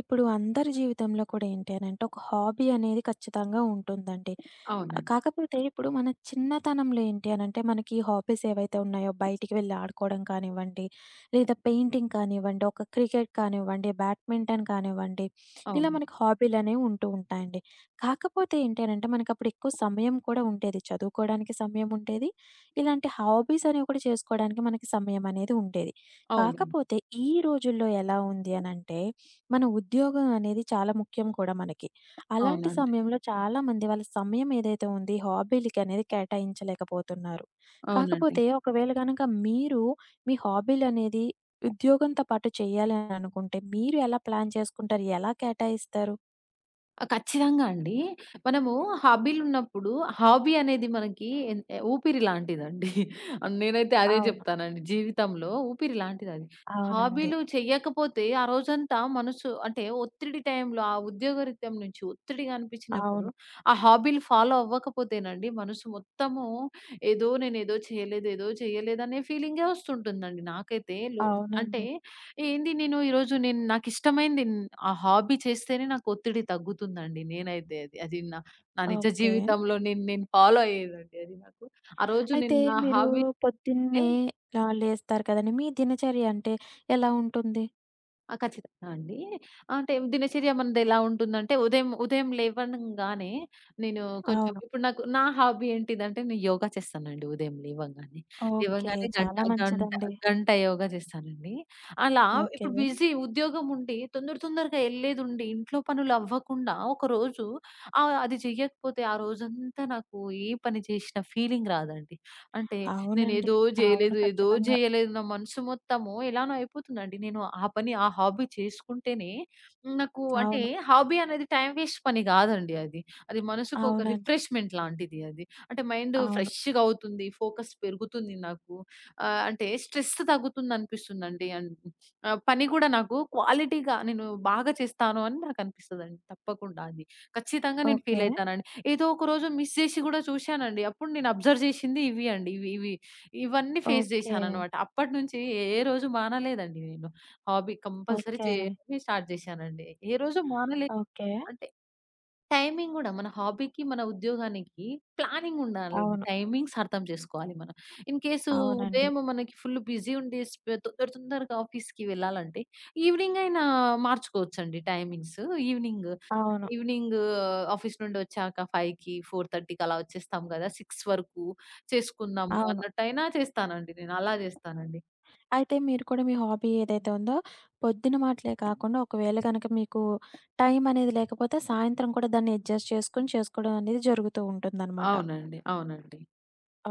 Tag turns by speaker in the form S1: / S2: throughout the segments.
S1: ఇప్పుడు అందరి జీవితంలో కూడా ఏంటి అనంటే, ఒక హాబీ అనేది ఖచ్చితంగా ఉంటుందండి.
S2: అవునండి.
S1: కాకపోతే ఇప్పుడు మన చిన్నతనంలో ఏంటి అనంటే, మనకి హాబీస్ ఏవైతే ఉన్నాయో బయటికి వెళ్లి ఆడుకోవడం కానివ్వండి, లేదా పెయింటింగ్ కానివ్వండి, ఒక క్రికెట్ కానివ్వండి, బ్యాడ్మింటన్ కానివ్వండి, ఇలా
S2: అవును.
S1: మనకి హాబీలనేవి ఉంటూ ఉంటాయండి. కాకపోతే ఏంటి అనంటే, మనకప్పుడు ఎక్కువ సమయం కూడా ఉండేది. చదువుకోవడానికి సమయం ఉండేది. ఇలాంటి హాబీస్ అనేవి కూడా చేసుకోవడానికి మనకి సమయం అనేది ఉండేది.
S2: అవునండి.
S1: కాకపోతే ఈ రోజుల్లో ఎలా ఉంది అనంటే మన ఉద్యోగం అనేది చాలా ముఖ్యం కూడా మనకి. అలాంటి
S2: అవునండి.
S1: సమయంలో చాలామంది వాళ్ళ సమయం ఏదైతే ఉంది హాబీలకనేది కేటాయించలేకపోతున్నారు.
S2: అవునండి.
S1: కాకపోతే ఒకవేళ గనక మీరు మీ హాబీలనేది ఉద్యోగంతో పాటు చేయాలి అని అనుకుంటే మీరు ఎలా ప్లాన్ చేసుకుంటారు? ఎలా కేటాయిస్తారు?
S2: ఆ! ఖచ్చితంగా అండి. మనము హాబీలున్నప్పుడు, హాబీ అనేది మనకి ఎన్ ఎ ఊపిరి లాంటిదండి. నేనైతే అదే
S1: అవును.
S2: చెప్తానండి. జీవితంలో ఊపిరి లాంటిదది.
S1: అవునండి.
S2: హాబీలు చెయ్యకపోతే ఆ రోజంతా మనసు అంటే ఒత్తిడి టైంలో, ఆ ఉద్యోగరీత్యం నుంచి ఒత్తిడిగా అనిపించినప్పుడు,
S1: అవును.
S2: ఆ హాబీలు ఫాలో అవ్వకపోతేనండి మనసు మొత్తము ఏదో నేనేదో చేయలేదు, ఏదో చేయలేదనే ఫీలింగే వస్తుంటుందండి. నాకైతే లో అంటే
S1: అవునండి.
S2: ఏంది నేను ఈరోజు నాకిష్టమైంది ఆ హాబీ చేస్తేనే నాకు ఒత్తిడి తగ్గుతుందండి. నేనైతే అది. అది నా నా నిజ
S1: ఓకే.
S2: జీవితంలో నేను నేను ఫాలో అయ్యేదండి అది నాకు. ఆ రోజు నేను
S1: అయితే
S2: నా
S1: మీరు
S2: హాబీ‌నే
S1: పొద్దున్నే లేస్తారు కదండీ! మీ దినచర్య అంటే ఎలా ఉంటుంది?
S2: ఆ! ఖచ్చితంగా అండి. అంటే దినచర్య మనదెలా ఉంటుందంటే ఉదయం ఉదయం లేవంగానే నేను కొంచెం
S1: అవును.
S2: ఇప్పుడు నాకు నా హాబీ ఏంటిదంటే నేను యోగా చేస్తానండి ఉదయం లేవంగానే.
S1: ఓకే.
S2: లేవంగానే గంట
S1: చాలా
S2: గంట
S1: మంచిదండి.
S2: గంట యోగా చేస్తానండి. అలా
S1: ఓకే.
S2: ఇప్పుడు బిజీ ఉద్యోగం ఉండి తొందరగా ఎళ్ళేదుండి ఇంట్లో పనులు అవ్వకుండా ఒకరోజు అది చెయ్యకపోతే ఆ రోజంతా నాకు ఏ పని చేసిన ఫీలింగ్ రాదండి. అంటే
S1: అవునండి.
S2: నేనేదో
S1: అవును.
S2: జేయలేదు, ఏదో
S1: ఖచ్చితంగా.
S2: జేయలేదు. నా మనసు మొత్తము ఎలానో అయిపోతుందండి. నేను ఆ పని, ఆ హాబీ చేసుకుంటేనే నాకు అంటే
S1: అవును.
S2: హాబీ అనేది టైం వేస్ట్ పని గాదండి అది. అది మనసుకు ఒక
S1: అవునండి.
S2: రిఫ్రెష్‌మెంట్ లాంటిది అది. అంటే మైండ్
S1: అవును.
S2: ఫ్రెష్‌గా అవుతుంది. ఫోకస్ పెరుగుతుంది నాకు. అంటే స్ట్రెస్ తగ్గుతుందనిపిస్తుందండి. అండ్ పని గూడా నాకు క్వాలిటీగా నేను బాగా చేస్తాను అని నాకనిపిస్తదండి తప్పకుండా అది. ఖచ్చితంగా నేను ఫీల్
S1: ఓకే.
S2: అయితానండి. ఏదో ఒక రోజు మిస్ జేసి గూడా చూశానండి. అప్పుడు నేను అబ్జర్వ్ జేసింది ఇవి అండి. ఇవి ఇవి ఇవన్నీ ఫేస్
S1: ఓకే.
S2: జేశాననమాట. అప్పటినుంచి ఏ ఏ రోజు మానలేదండి నేను. Hobby compulsory
S1: okay.
S2: చేయడమే స్టార్ట్ జేశానండి. ఏ రోజు మానలేదు.
S1: ఓకే.
S2: అంటే టైమింగ్ గూడా మన హాబీకి, మన ఉద్యోగానికి ప్లానింగ్ ఉండాలండి.
S1: అవును.
S2: టైమింగ్స్ అర్థం చేసుకోవాలి మనం. ఇన్ కేసు
S1: అవునండి.
S2: ఉదయం మనకి ఫుల్ బిజీ ఉండి తొందరగా ఆఫీస్‌కి వెళ్ళాలంటే ఈవినింగ్ అయినా మార్చుకోవచ్చండి టైమింగ్స్. ఈవినింగ్,
S1: అవును.
S2: ఈవినింగ్ ఆఫీస్ నుండి వచ్చాక 5కి, 4:30కి అలా వచ్చేస్తాం గదా! 6 వరకు చేసుకుందాము
S1: అవును.
S2: అన్నట్టయినా చేస్తానండి నేను. అలా చేస్తానండి.
S1: అయితే మీరు కూడా మీ హాబీ ఏదైతే ఉందో, పొద్దున మాటలే కాకుండా ఒకవేళ గనక మీకు టైం అనేది లేకపోతే, సాయంత్రం కూడా దాన్ని అడ్జస్ట్ చేసుకొని చేసుకోవడం అనేది జరుగుతూ ఉంటుందనమాట.
S2: అవునండి. అవునండి.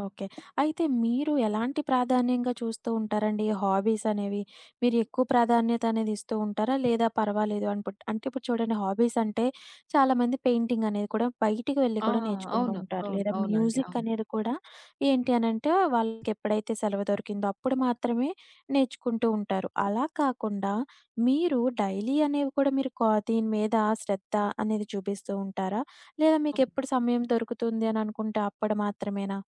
S1: ఓకే. అయితే మీరు ఎలాంటి ప్రాధాన్యంగా చూస్తూ ఉంటారండి? ఈ హాబీస్ అనేవి మీరు ఎక్కువ ప్రాధాన్యత అనేది ఇస్తూ ఉంటారా? లేదా పర్వాలేదు అనుపుట్ అంటే ఇప్పుడు చూడండి హాబీస్ అంటే చాలామంది పెయింటింగ్ అనేది కూడా బయటికి వెళ్లి
S2: ఆ!
S1: కూడా నేర్చుకుంటూ
S2: అవును.
S1: ఉంటారు.
S2: అవును.
S1: లేదా
S2: అవునండి.
S1: మ్యూజిక్
S2: అవును.
S1: అనేది కూడా ఏంటి అనంటే వాళ్ళకెప్పుడైతే సెలవు దొరికిందో అప్పుడు మాత్రమే నేర్చుకుంటూ ఉంటారు. అలా కాకుండా మీరు డైలీ అనేవి కూడా మీరు దీని మీద శ్రద్ధ అనేది చూపిస్తూ ఉంటారా? లేదా మీకెప్పుడు సమయం దొరుకుతుంది అని అనుకుంటే అప్పుడు మాత్రమేనా?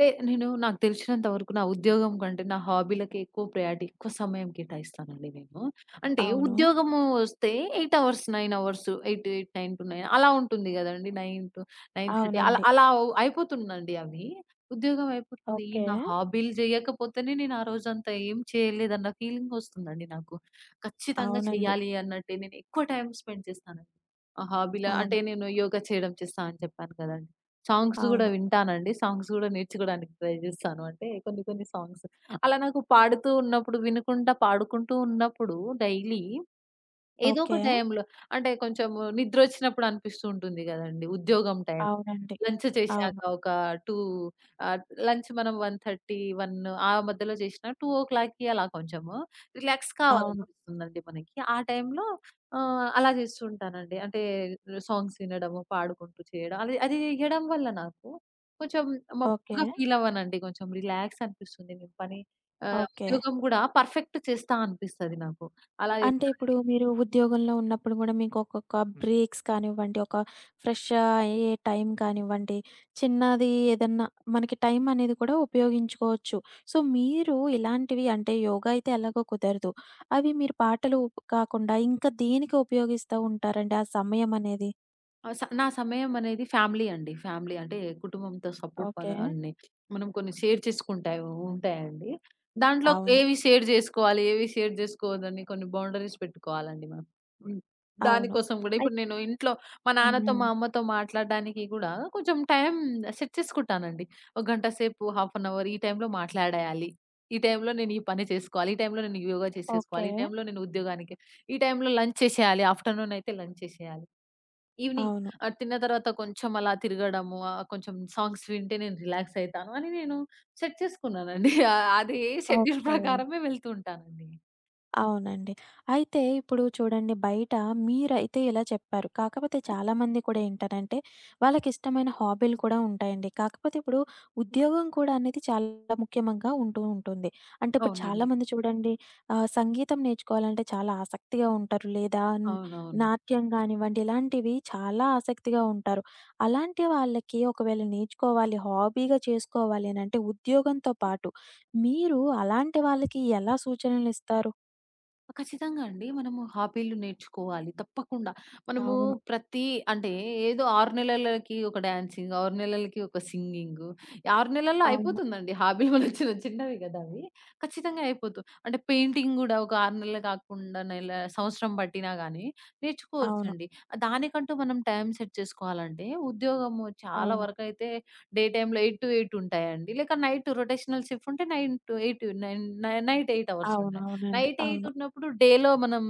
S2: నేను నాకు తెలిసినంత వరకు నా ఉద్యోగం కంటే నా హాబీలకే ఎక్కువ ప్రయారిటీ, ఎక్కువ సమయం కేటాయిస్తానండి నేను. అంటే
S1: అవును.
S2: ఉద్యోగము వస్తే 8 అవర్స్, 9 అవర్స్ 9-9 అలా ఉంటుంది గదండీ. 9 టు 9:30 అలా
S1: అవునండి.
S2: అలా అయిపోతుందండి అవి. ఉద్యోగం అయిపోతుంది. ఈ
S1: ఓకే.
S2: నా హాబీలు జేయకపోతేనే నేను ఆ రోజంతా ఏం చేయలేదన్న ఫీలింగ్ వస్తుందండి నాకు. ఖచ్చితంగా
S1: అవునండి.
S2: చెయ్యాలి అన్నట్టే నేను ఎక్కువ టైమ్ స్పెండ్ చేస్తానండి. ఆ హాబీల అంటే
S1: అవును.
S2: నేను యోగా చేయడం చేస్తా అని చెప్పాను కదండీ. సాంగ్స్ గూడా
S1: అవును.
S2: వింటానండి. సాంగ్స్ గూడా నేర్చుకోవడానికి ట్రై జేస్తాను. అంటే కొన్ని కొన్ని సాంగ్స్ అలా నాకు పాడుతూ ఉన్నప్పుడు వినుకుంటా, పాడుకుంటూ ఉన్నప్పుడు డైలీ ఏదో ఒక
S1: ఓకే.
S2: టైంలో అంటే కొంచెం నిద్రొచ్చినప్పుడు అనిపిస్తూ ఉంటుంది గదండీ! ఉద్యోగం టైం
S1: అవునండి.
S2: లంచ్ చేశాక
S1: అవును.
S2: ఒక 2 ఆహ్, లంచ్ మనం 1:30, 1 ఆ మధ్యలో చేసినా 2:00కి అలా కొంచెము రిలాక్స్
S1: అవును.
S2: కావాలనిపిస్తుందండి మనకి. ఆ టైంలో అలా చేస్తూ ఉంటానండి. అంటే సాంగ్స్ వినడము, పాడుకుంటూ చేయడం. అది అది చేయడం వల్ల నాకు కొంచెం
S1: ఓకే.
S2: మబ్బుగా ఫీల్ అవ్వనండి. కొంచెం రిలాక్స్ అనిపిస్తుంది. నేను పని
S1: ఓకే.
S2: ఉద్యోగం గూడా పర్ఫెక్ట్ చేస్తా అనిపిస్తది నాకు. అలా
S1: అంటే
S2: చేస్తానండి.
S1: ఇప్పుడు మీరు ఉద్యోగంలో ఉన్నప్పుడు గూడా మీకు ఒక్కొక్క బ్రేక్స్ కానివ్వండి, ఒక ఫ్రెష్ అయ్యే టైం కానివ్వండి, చిన్నది ఏదన్నా మనకి టైం అనేది కూడా ఉపయోగించుకోవచ్చు. సో, మీరు ఇలాంటివి అంటే యోగా అయితే ఎలాగో కుదరదు. అవి మీరు పాటలు కాకుండా ఇంకా దేనికి ఉపయోగిస్తా ఉంటారండి ఆ సమయం అనేది?
S2: ఆ! నా సమయం అనేది ఫ్యామిలీ అండి. ఫ్యామిలీ అంటే కుటుంబంతో సపోర్ట్
S1: ఓకే.
S2: పనులన్నీ మనం కొన్ని షేర్ చేసుకుంటాయి ఉంటాయండి. దాంట్లో
S1: అవును.
S2: ఏవి షేర్ జేసుకోవాలి, ఏవి షేర్ జేసుకోవద్దని కొన్ని బౌండరీస్ పెట్టుకోవాలండి మనం. హ్మ్.
S1: అవును.
S2: దానికోసం గూడా
S1: అయి
S2: ఇప్పుడు నేను ఇంట్లో మా నాన్నతో,
S1: హ్మ్.
S2: మా అమ్మతో మాట్లాడడానికి గూడా కొంచెం టైం సెట్ చేసుకుంటానండి. ఒక గంట సేపు, హాఫ్ అన్ అవర్ ఈ టైంలో మాట్లాడేయాలి. ఈ టైంలో నేను ఈ పని చేసుకోవాలి. ఈ టైంలో నేను యోగా చేసేసుకోవాలి.
S1: ఓకే.
S2: ఈ టైంలో నేను ఉద్యోగానికి, ఈ టైంలో లంచ్ చేసేయాలి. ఆఫ్టర్‌నూన్ అయితే లంచ్ చేసేయాలి. ఈవినింగ్
S1: అవును.
S2: తిన్న తర్వాత కొంచెం అలా తిరగడము, కొంచెం సాంగ్స్ వింటే నేను రిలాక్స్ అయితాను అని నేను సెట్ చేసుకున్నానండి. అదే షెడ్యూల్
S1: ఓకే.
S2: ప్రకారమే వెళ్తూ ఉంటానండి.
S1: అవునండి. అయితే ఇప్పుడు చూడండి బయట మీరైతే ఇలా చెప్పారు. కాకపోతే చాలామంది కూడా ఏంటనంటే వాళ్ళకిష్టమైన హాబీలు కూడా ఉంటాయండి. కాకపోతే ఇప్పుడు ఉద్యోగం కూడా అనేది చాలా ముఖ్యమంగా ఉంటూ ఉంటుంది. అంటే ఇప్పుడు
S2: అవునండి.
S1: చాలామంది చూడండి సంగీతం నేర్చుకోవాలంటే చాలా ఆసక్తిగా ఉంటారు. లేదా
S2: అవునవును.
S1: నాట్యం గానివ్వండి ఇలాంటివి చాలా ఆసక్తిగా ఉంటారు. అలాంటి వాళ్ళకి ఒకవేళ నేర్చుకోవాలి, హాబీగా చేసుకోవాలి అనంటే ఉద్యోగంతో పాటు మీరు అలాంటి వాళ్ళకి ఎలా సూచనలిస్తారు?
S2: ఖచ్చితంగా అండి. మనము హాబీలు నేర్చుకోవాలి తప్పకుండా. మనము
S1: అవును.
S2: ప్రతి అంటే ఏదో 6 నెలలకి ఒక డాన్సింగ్, 6 నెలలకి ఒక సింగింగు, 6 నెలల్లో
S1: అవును.
S2: అయిపోతుందండి హాబీలు మన చిన్న చిన్నవి గదా అవి. ఖచ్చితంగా అయిపోతు అంటే పెయింటింగ్ గూడా ఒక 6 నెలలు కాకుండా నెల సంవత్సరం పట్టినా గానీ
S1: అవును.
S2: నేర్చుకోవచ్చండి. దానికంటూ మనం టైం సెట్ చేసుకోవాలంటే ఉద్యోగము చాలా
S1: అవును.
S2: వరకైతే డే టైమ్‌లో 8-8 ఉంటాయండి. లేక నైట్ రొటేషనల్ షిఫ్ట్ ఉంటే నైన్ టు 8 నైట్ 8 అవర్స్ ఉంటాయండి.
S1: అవునవునండి.
S2: నైట్ 8
S1: అవును.
S2: ఉన్నప్పుడు డేలో మనం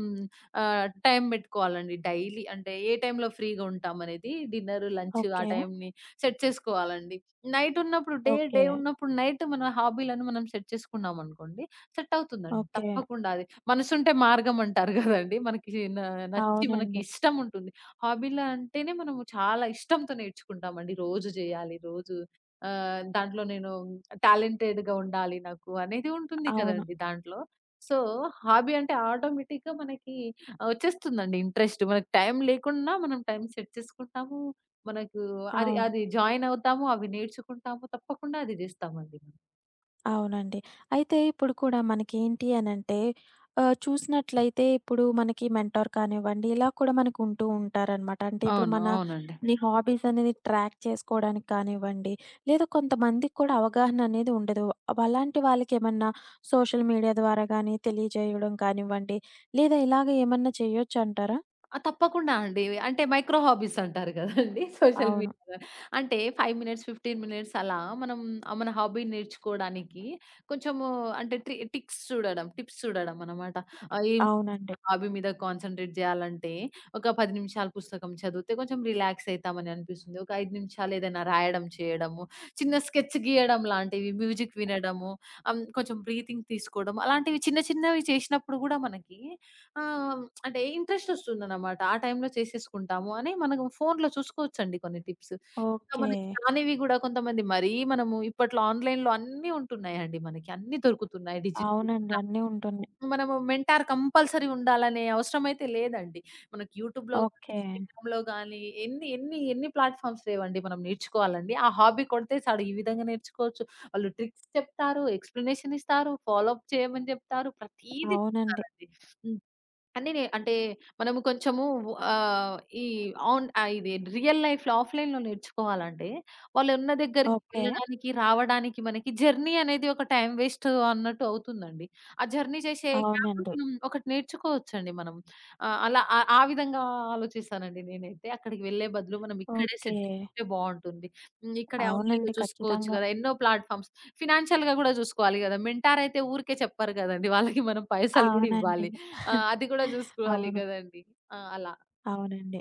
S2: టైం పెట్టుకోవాలండి. డైలీ అంటే ఏ టైంలో ఫ్రీగా ఉంటామనేది డిన్నర్, లంచ్ ఆ
S1: ఓకే.
S2: టైంని సెట్ చేసుకోవాలండి. నైట్ ఉన్నప్పుడు డే,
S1: ఓకే.
S2: ఉన్నప్పుడు నైట్ మన హాబీలను మనం సెట్ చేసుకున్నామనుకోండి సెట్ అవుతుందండి.
S1: ఓకే.
S2: తప్పకుండా అది. మనసుంటే మార్గం అంటారు గదండీ! మనకి న నచ్చి మనకి
S1: అవునండి.
S2: ఇష్టం ఉంటుంది. హాబీలు అంటేనే మనము చాలా ఇష్టంతో నేర్చుకుంటామండి. రోజు జేయాలి, రోజు దాంట్లో నేను టాలెంటెడ్‌గా ఉండాలి నాకు అనేది ఉంటుంది
S1: అవును.
S2: కదండీ దాంట్లో. సో, హాబీ అంటే ఆటోమేటిక్‌గా మనకి వచ్చేస్తుందండి ఇంట్రెస్ట్. మనకు టైం లేకున్నా మనం టైం సెట్ చేసుకుంటాము. మనకు అది
S1: అవును.
S2: అది జాయిన్ అవుతాము. అవి నేర్చుకుంటాము. తప్పకుండా అది చేస్తామండి. మనం.
S1: అవునండి. అయితే ఇప్పుడు కూడా మనకేంటి అనంటే చూసినట్లయితే ఇప్పుడు మనకి మెంటార్ కానివ్వండి, ఇలా కూడా మనకు ఉంటూ ఉంటారనమాట. అంటే ఇప్పుడు
S2: అవును.
S1: మన
S2: అవునండి.
S1: నీ హాబీస్ అనేది ట్రాక్ చేసుకోవడానికి కానివ్వండి, లేదా కొంతమందికి కూడా అవగాహన అనేది ఉండదు. అలాంటి వాళ్ళకేమన్నా సోషల్ మీడియా ద్వారా గాని తెలియజేయడం కానివ్వండి, లేదా ఇలాగ ఏమన్నా చేయొచ్చంటారా?
S2: ఆ! తప్పకుండా అండి. అంటే మైక్రో హాబీస్ అంటారు కదండీ! సోషల్ మీడియా
S1: అవును.
S2: అంటే 5 మినిట్స్, 15 మినిట్స్ అలా మనం మన హాబీ నేర్చుకోవడానికి కొంచెము అంటే టిక్స్ చూడడం, టిప్స్ చూడడం అన్నమాట. ఆహ్, ఏం
S1: అవునండి.
S2: హాబీ మీద కాన్సంట్రేట్ చేయాలంటే ఒక 10 నిమిషాలు పుస్తకం చదివితే కొంచెం రిలాక్స్ అయితామని అనిపిస్తుంది. ఒక 5 నిమిషాలు ఏదైనా రాయడం చేయడము, చిన్న స్కెచ్ గీయడం లాంటివి, మ్యూజిక్ వినడము, కొంచెం బ్రీతింగ్ తీసుకోవడం అలాంటివి చిన్న చిన్నవి చేసినప్పుడు గూడా మనకి ఆ! అంటే ఇంట్రెస్ట్ వస్తుందన్నమాట. ఆ టైంలో చేసేసుకుంటాము అని మనం ఫోన్‌లో చూసుకోవచ్చండి కొన్ని టిప్స్. ఇంకా
S1: ఓకే.
S2: మనకి రానివి గూడా కొంతమంది మరీ మనము ఇప్పట్లో ఆన్‌లైన్‌లో అన్నీ ఉంటున్నాయండి మనకి. అన్నీ దొరుకుతున్నాయి డిజిటల్‌గా.
S1: అవునండి. అన్నీ ఉంటున్నాయి.
S2: మనము మెంటార్ కంపల్సరీ ఉండాలనే అవసరం అయితే లేదండి. మనకి యూట్యూబ్‌లో గాని,
S1: ఓకే.
S2: ఇన్‌స్టాగ్రామ్‌లో గాని ఎన్ని ఎన్ని ఎన్ని ప్లాట్‌ఫామ్స్ లేవండి మనం నేర్చుకోవాలండి. ఆ హాబీ కొడితే చాలు ఈ విధంగా నేర్చుకోవచ్చు. వాళ్ళు ట్రిక్స్ చెప్తారు, ఎక్స్‌ప్లనేషన్ ఇస్తారు, ఫాలో అప్ చేయమని చెప్తారు. ప్రతీదీ
S1: అవునండి.
S2: చెప్తారండి. అన్నీ నే అంటే మనము కొంచెము ఆహ్, ఈ ఆన్ ఆహ్, ఇది రియల్ లైఫ్‌లో ఆఫ్‌లైన్‌లో నేర్చుకోవాలంటే, వాళ్ళున్న దగ్గరికి
S1: ఓకే.
S2: వెళ్ళడానికి, రావడానికి మనకి జర్నీ అనేది ఒక టైమ్ వేస్ట్ అన్నట్టు అవుతుందండి. ఆ జర్నీ చేసే గ్యాప్‌లో
S1: అవునండి.
S2: మనం ఒకటి నేర్చుకోవచ్చండి మనం. ఆహ్, అలా ఆ ఆ విధంగా ఆలోచిస్తానండి నేనైతే. అక్కడికి వెళ్ళే బదులు మనం ఇక్కడే
S1: ఓకే.
S2: సెట్ చేసుకుంటే బావుంటుంది. హ్మ్. ఇక్కడే ఆన్‌లైన్‌లో
S1: అవునండి.
S2: చూసుకోవచ్చు
S1: ఖచ్చితంగా.
S2: కదా! ఎన్నో ప్లాట్‌ఫార్మ్స్ ఫినాన్షియల్‌గా గూడా చూసుకోవాలి గదా! మెంటార్ అయితే ఊరికే చెప్పరు గదండీ. వాళ్ళకి మనం పైసలు గూడా
S1: అవునండి.
S2: ఇవ్వాలి. ఆ! అది గూడా జూసుకోవాలి
S1: అవును.
S2: గదండీ. ఆ! అలా.
S1: అవునండి.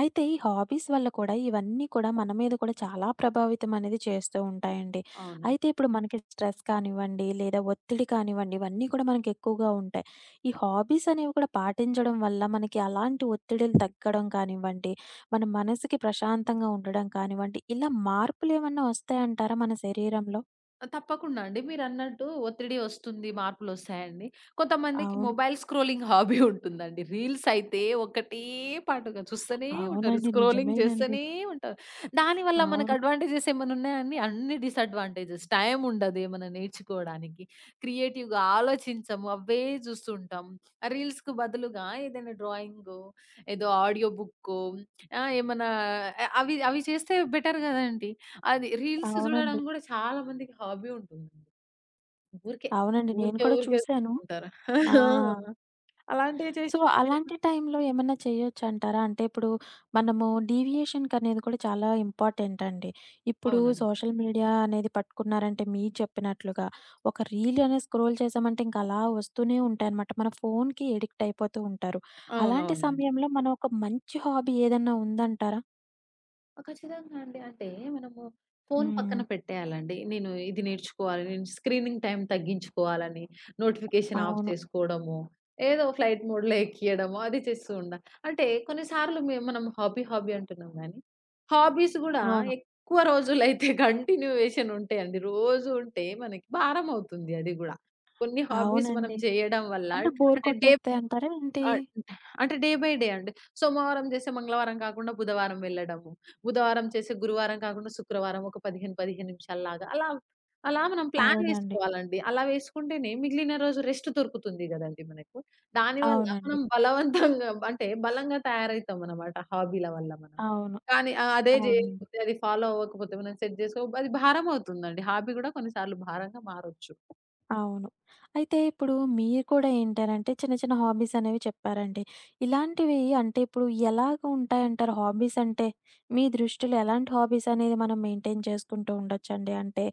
S1: అయితే ఈ హాబీస్ వల్ల కూడా ఇవన్నీ కూడా మన మీద కూడా చాలా ప్రభావితం అనేది చేస్తూ ఉంటాయండి.
S2: అవును.
S1: అయితే ఇప్పుడు మనకి స్ట్రెస్ కానివ్వండి, లేదా ఒత్తిడి కానివ్వండి, ఇవన్నీ కూడా మనకి ఎక్కువగా ఉంటాయి. ఈ హాబీస్ అనేవి కూడా పాటించడం వల్ల మనకి అలాంటి ఒత్తిడిలు తగ్గడం కానివ్వండి, మన మనసుకి ప్రశాంతంగా ఉండడం కానివ్వండి, ఇలా మార్పులు ఏమన్నా వస్తాయంటారా మన శరీరంలో?
S2: ఆ! తప్పకుండా అండి. మీరన్నట్టు ఒత్తిడి ఒస్తుంది, మార్పులొస్తాయండి. కొంతమందికి
S1: అవును.
S2: మొబైల్ స్క్రోలింగ్ హాబీ ఉంటుందండి. రీల్స్ అయితే ఒకటే పాటుగా చూస్తూనే ఉంటారు.
S1: అవునండి.
S2: స్క్రోలింగ్
S1: నిజమేనండి.
S2: చేస్తూనే ఉంటారు. దానివల్ల మనకు
S1: అవును.
S2: అడ్వాంటేజెస్ ఏమన్నున్నాయండి? అన్ని డిసడ్వాంటేజెస్. టైం ఉండదు ఏమన్నా నేర్చుకోవడానికి. క్రియేటివ్‌గా ఆలోచించము. అవే చూస్తుంటాం. ఆ రీల్స్‌కు బదులుగా ఏదైనా డ్రాయింగో, ఏదో ఆడియో బుక్కో, ఆహ్, ఏమన్నా అ అవి అవి చేస్తే బెటర్ గదండీ! అది రీల్స్ చూడడం
S1: అవునండి.
S2: గూడా చాలా మందికి హాబీ ఉంటుందండి. ఊరికే,
S1: అవునండి. నేను కూడా
S2: ఊరికే
S1: చూసాను.
S2: ఉంటారు.
S1: ఆ!
S2: హ్మ్. అలాంటివి
S1: సో,
S2: చేసినప్పుడు
S1: అలాంటి టైంలో ఏమన్నా చేయొచ్చంటారా? అంటే ఇప్పుడు మనము డీవియేషన్‌కనేది కూడా చాలా ఇంపార్టెంట్ అండి. ఇప్పుడు
S2: అవునండి.
S1: సోషల్ మీడియా అనేది పట్టుకున్నారంటే మీరు చెప్పినట్లుగా ఒక రీల్ అనేది స్క్రోల్ చేసామంటే ఇంక అలా వస్తూనే ఉంటాయన్నమాట. మన ఫోన్‌కి అడిక్ట్ అయిపోతూ ఉంటారు. అలాంటి
S2: అవునవును.
S1: సమయంలో మనం ఒక మంచి హాబీ ఏదన్నా ఉందంటారా?
S2: ఆ! ఖచ్చితంగా అండి. అంటే మనము ఫోను పక్కన
S1: హ్మ్.
S2: పెట్టేయాలండి. నేను ఇది నేర్చుకోవాలి, నేను స్క్రీనింగ్ టైమ్ తగ్గించుకోవాలని, నోటిఫికేషన్ ఆఫ్
S1: అవును.
S2: చేసుకోవడము, ఏదో ఫ్లైట్ మోడ్‌లో ఎక్కియడము అది చేస్తూ ఉండా. అంటే కొన్నిసార్లు మనం హాబీ అంటున్నాం గానీ, హాబీస్ గూడా
S1: అవును.
S2: ఎక్కువ రోజులైతే కంటిన్యూయేషన్ ఉంటాయండి. రోజు ఉంటే మనకి భారం అవుతుంది అది గూడా. కొన్ని హాబీస్ మనం
S1: అవునండి.
S2: చేయడం వల్ల
S1: అంటే బోర్
S2: అంటే
S1: కొట్టేస్తాయంటారా ఏంటి?
S2: ఆ! డే బై డే అండి. సోమవారం చేసే మంగళవారం కాకుండా బుధవారం వెళ్ళడము. బుధవారం చేసే గురువారం కాకుండా శుక్రవారం ఒక 15 నిమిషాల్లాగా అలా, అలా మనం ప్లాన్
S1: అవునండి.
S2: వేసుకోవాలండి. అలా వేసుకుంటేనే మిగిలిన రోజు రెస్ట్ దొరుకుతుంది గదండీ మనకు. దానివల్ల
S1: అవునండి.
S2: మనం బలవంతంగా అంటే బలంగా తయారవుతామనమాట హాబీల వల్ల మనం.
S1: అవును.
S2: కానీ అదే
S1: అవునండి.
S2: జేయకపోతే అది ఫాలో అవ్వకపోతే మనం సెట్ జేసుకో అది భారం అవుతుందండి. హాబీ గూడా కొన్నిసార్లు భారంగా మారొచ్చు.
S1: అవును. అయితే ఇప్పుడు మీరు కూడా ఏంటనంటే చిన్న చిన్న హాబీస్ అనేవి చెప్పారండి. ఇలాంటివి అంటే ఇప్పుడు ఎలాగ ఉంటాయంటారు హాబీస్ అంటే? మీ దృష్టిలో ఎలాంటి హాబీస్ అనేది మనం మెయింటైన్ చేసుకుంటూ ఉండొచ్చండి? అంటే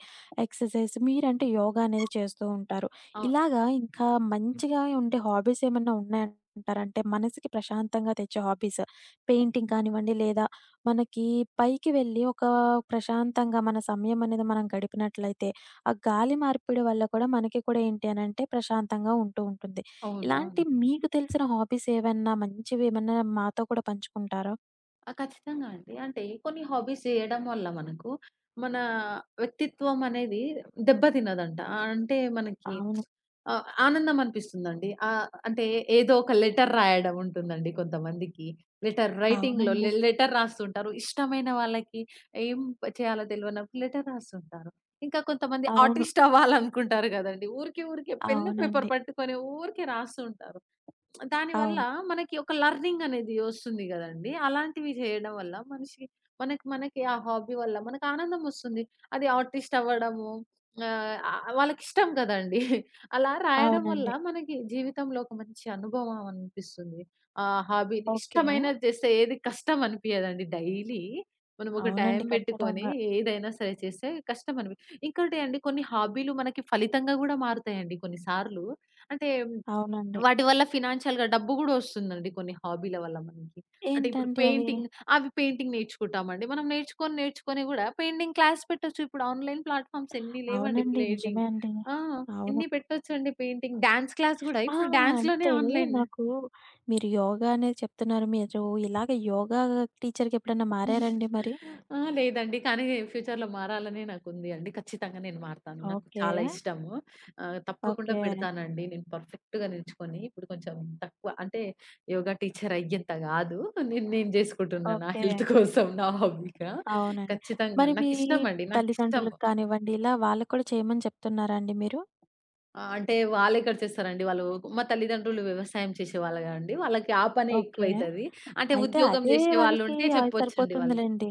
S1: ఎక్సర్‌సైజ్ మీరంటే యోగా అనేది చేస్తూ ఉంటారు.
S2: అవును.
S1: ఇలాగా ఇంకా మంచిగా ఉండే హాబీస్ ఏమన్నా ఉన్నాయంటారా? అంటే మనసుకి ప్రశాంతంగా తెచ్చే హాబీస్. పెయింటింగ్ కానివ్వండి లేదా మనకి పైకి వెళ్ళి ఒక ప్రశాంతంగా మన సమయం అనేది మనం గడిపినట్లయితే ఆ గాలి మార్పిడి వల్ల కూడా మనకి కూడా ఏంటి అనంటే ప్రశాంతంగా ఉంటూ ఉంటుంది.
S2: అవును.
S1: ఇలాంటి
S2: అవును.
S1: మీకు తెలిసిన హాబీస్ ఏవన్నా మంచివి ఏమన్నా మాతో కూడా పంచుకుంటారా?
S2: ఆ! ఖచ్చితంగా అండి. అంటే కొన్ని హాబీస్ చేయడం వల్ల మనకు మన వ్యక్తిత్వం అనేది దెబ్బ తినదంట. అంటే మనకి
S1: అవును.
S2: ఆనందం అనిపిస్తుందండి. అంటే ఏదో ఒక లెటర్ రాయడం ఉంటుందండి కొంతమందికి. లెటర్ రైటింగ్‌లో
S1: అవునండి.
S2: లెటర్ రాస్తుంటారు. ఇష్టమైన వాళ్ళకి ఏం చేయాలో తెలవనప్పుడు లెటర్ రాస్తుంటారు. ఇంకా కొంతమంది
S1: అవును.
S2: ఆర్టిస్ట్ అవ్వాలనుకుంటారు గదండీ! ఊరికే ఊరికే పెన్ను పేపర్
S1: అవునండి.
S2: పట్టుకొని ఊరికే రాస్తూ ఉంటారు. దానివల్ల
S1: అవును.
S2: మనకి ఒక లెర్నింగ్ అనేది ఒస్తుంది గదండీ! అలాంటివి చేయడం వల్ల మనిషి మనకి మనకి ఆ హాబీ వల్ల మనకు ఆనందం ఒస్తుంది. అది ఆర్టిస్ట్ అవ్వడము ఆహ్, ఆహ్, వాళ్ళకిష్టం గదండీ! అలా రాయడం వల్ల
S1: అవునండి.
S2: మనకి జీవితంలో ఒక మంచి అనుభవం అనిపిస్తుంది. ఆ హాబీని
S1: ఓకే.
S2: ఇష్టమైనది చేస్తే ఏది కష్టం అనిపియదండి డైలీ. మనం ఒక టైం
S1: అవునండి.
S2: బెట్టుకొని
S1: ఖచ్చితంగా.
S2: ఏదైనా సరే చేస్తే కష్టం అనిపి ఇంకోటి అండి కొన్ని హాబీలు మనకి ఫలితంగా గూడా మారుతాయండి కొన్ని సార్లు. అంటే
S1: అవునండి.
S2: వాటి వల్ల ఫినాన్షియల్‌గా డబ్బు గూడా ఒస్తుందండి కొన్ని హాబీల వల్ల మనకి. అంటే ఇప్పుడు
S1: ఏంటండి అవి?
S2: పెయింటింగ్ అవి పెయింటింగ్ నేర్చుకుంటామండి. మనం నేర్చుకొని గూడా పెయింటింగ్ క్లాస్ పెట్టొచ్చు. ఇప్పుడు ఆన్‌లైన్ ప్లాట్‌ఫార్మ్స్ ఎన్ని లేవండి
S1: అవునండి. నిజమే
S2: పెయింటింగ్‌కి.
S1: అండి.
S2: ఆ!
S1: అవును.
S2: ఎన్ని పెట్టొచ్చండి పెయింటింగ్. డాన్స్ క్లాస్ గూడా
S1: ఆ!
S2: ఇప్పుడు డాన్స్‌లోనే
S1: అయితే
S2: ఆన్‌లైన్.
S1: నాకు మీరు యోగా అనేది చెప్తున్నారు. మీరు ఇలాగ యోగా టీచర్‌గా ఎప్పుడన్నా మారారండి మరి?
S2: ఆ! లేదండి. కానీ ఫ్యూచర్‌లో మారాలనే నాకుంది అండి. ఖచ్చితంగా నేను మారతాను. నాకు
S1: ఓకే.
S2: చాలా ఇష్టము. తప్పకుండా
S1: ఓకే.
S2: పెడతానండి. నేను పర్ఫెక్ట్‌గా నిల్చుకొని ఇప్పుడు కొంచెం తక్కువ అంటే యోగా టీచర్ అయ్యేంత కాదు. నేను నేను జేసుకుంటున్నా నా
S1: ఓకే.
S2: హెల్త్ కోసం నా హాబీగా.
S1: అవునండి.
S2: ఖచ్చితంగా
S1: మరి మీ
S2: నాకిష్టమండి. నాకిష్టం.
S1: తల్లిదండ్రులకు కానివ్వండి, ఇలా వాళ్ళకి కూడా చేయమని చెప్తున్నారా అండి మీరు?
S2: ఆ! అంటే వాళ్ళెక్కడ చేస్తారండి. వాళ్ళు మా తల్లిదండ్రులు వ్యవసాయం చేసేవాళ్ళు కదండీ. వాళ్ళకి ఆ పనే
S1: ఓకే.
S2: ఎక్కువైతది. అంటే
S1: అయితే
S2: ఉద్యోగం
S1: అదే వాళ్ళకి
S2: జేసేవాళ్ళుంటే
S1: అది
S2: చెప్పొచ్చండి వాళ్ళకి.
S1: సరిపోతుందిలెండి.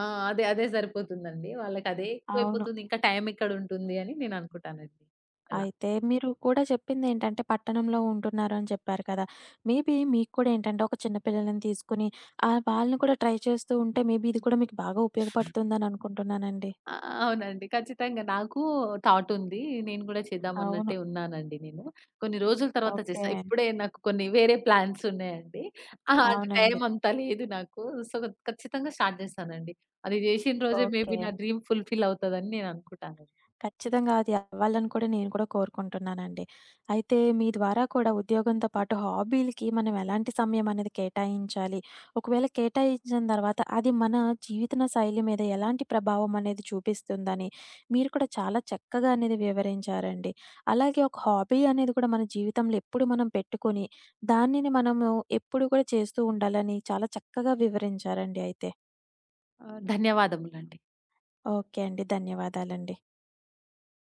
S2: ఆ! అదే. అదే సరిపోతుందండి. వాళ్ళకదే
S1: అవును.
S2: ఎక్కువైపోతుంది. ఇంకా టైమెక్కడుంటుంది అని నేననుకుంటానండి. అలా.
S1: అయితే మీరు కూడా చెప్పిందేంటంటే పట్టణంలో ఉంటున్నారు అని చెప్పారు కదా! మేబీ మీకు కూడా ఏంటంటే ఒక చిన్న పిల్లలని తీసుకొని వాళ్ళని కూడా ట్రై చేస్తూ ఉంటే మేబీ ఇది కూడా మీకు బాగా ఉపయోగపడుతుందని అనుకుంటున్నానండి.
S2: ఆ! అవునండి. ఖచ్చితంగా. నాకు థాట్ ఉంది. నేను గూడా
S1: అవును.
S2: చేద్దామన్నట్టే ఉన్నానండి నేను. కొన్ని రోజుల తర్వాత
S1: ఓకే.
S2: చేస్తా. ఇప్పుడే నాకు కొన్ని వేరే ప్లాన్స్ ఉన్నాయండి. ఆ! అంత
S1: అవునండి.
S2: టైమంతా లేదు నాకు. సో, ఖచ్చితంగా స్టార్ట్ చేస్తానండి. అది చేసిన రోజే మేబీ
S1: ఓకే.
S2: నా డ్రీమ్ ఫుల్‌ఫిల్ అవుతదని నేననుకుంటాను.
S1: ఖచ్చితంగా అది అవ్వాలని కూడా నేను కూడా కోరుకుంటున్నానండి. అయితే మీ ద్వారా కూడా ఉద్యోగంతో పాటు హాబీలకి మనం ఎలాంటి సమయం అనేది కేటాయించాలి? ఒకవేళ కేటాయించిన తర్వాత అది మన జీవితన శైలి మీద ఎలాంటి ప్రభావం అనేది చూపిస్తుందని మీరు కూడా చాలా చక్కగా అనేది వివరించారండి. అలాగే ఒక హాబీ అనేది కూడా మన జీవితంలో ఎప్పుడు మనం పెట్టుకొని దానిని మనము ఎప్పుడు కూడా చేస్తూ ఉండాలని చాలా చక్కగా వివరించారండి అయితే.
S2: ఆ! ధన్యవాదములండి.
S1: ఓకే అండి. ధన్యవాదాలండి.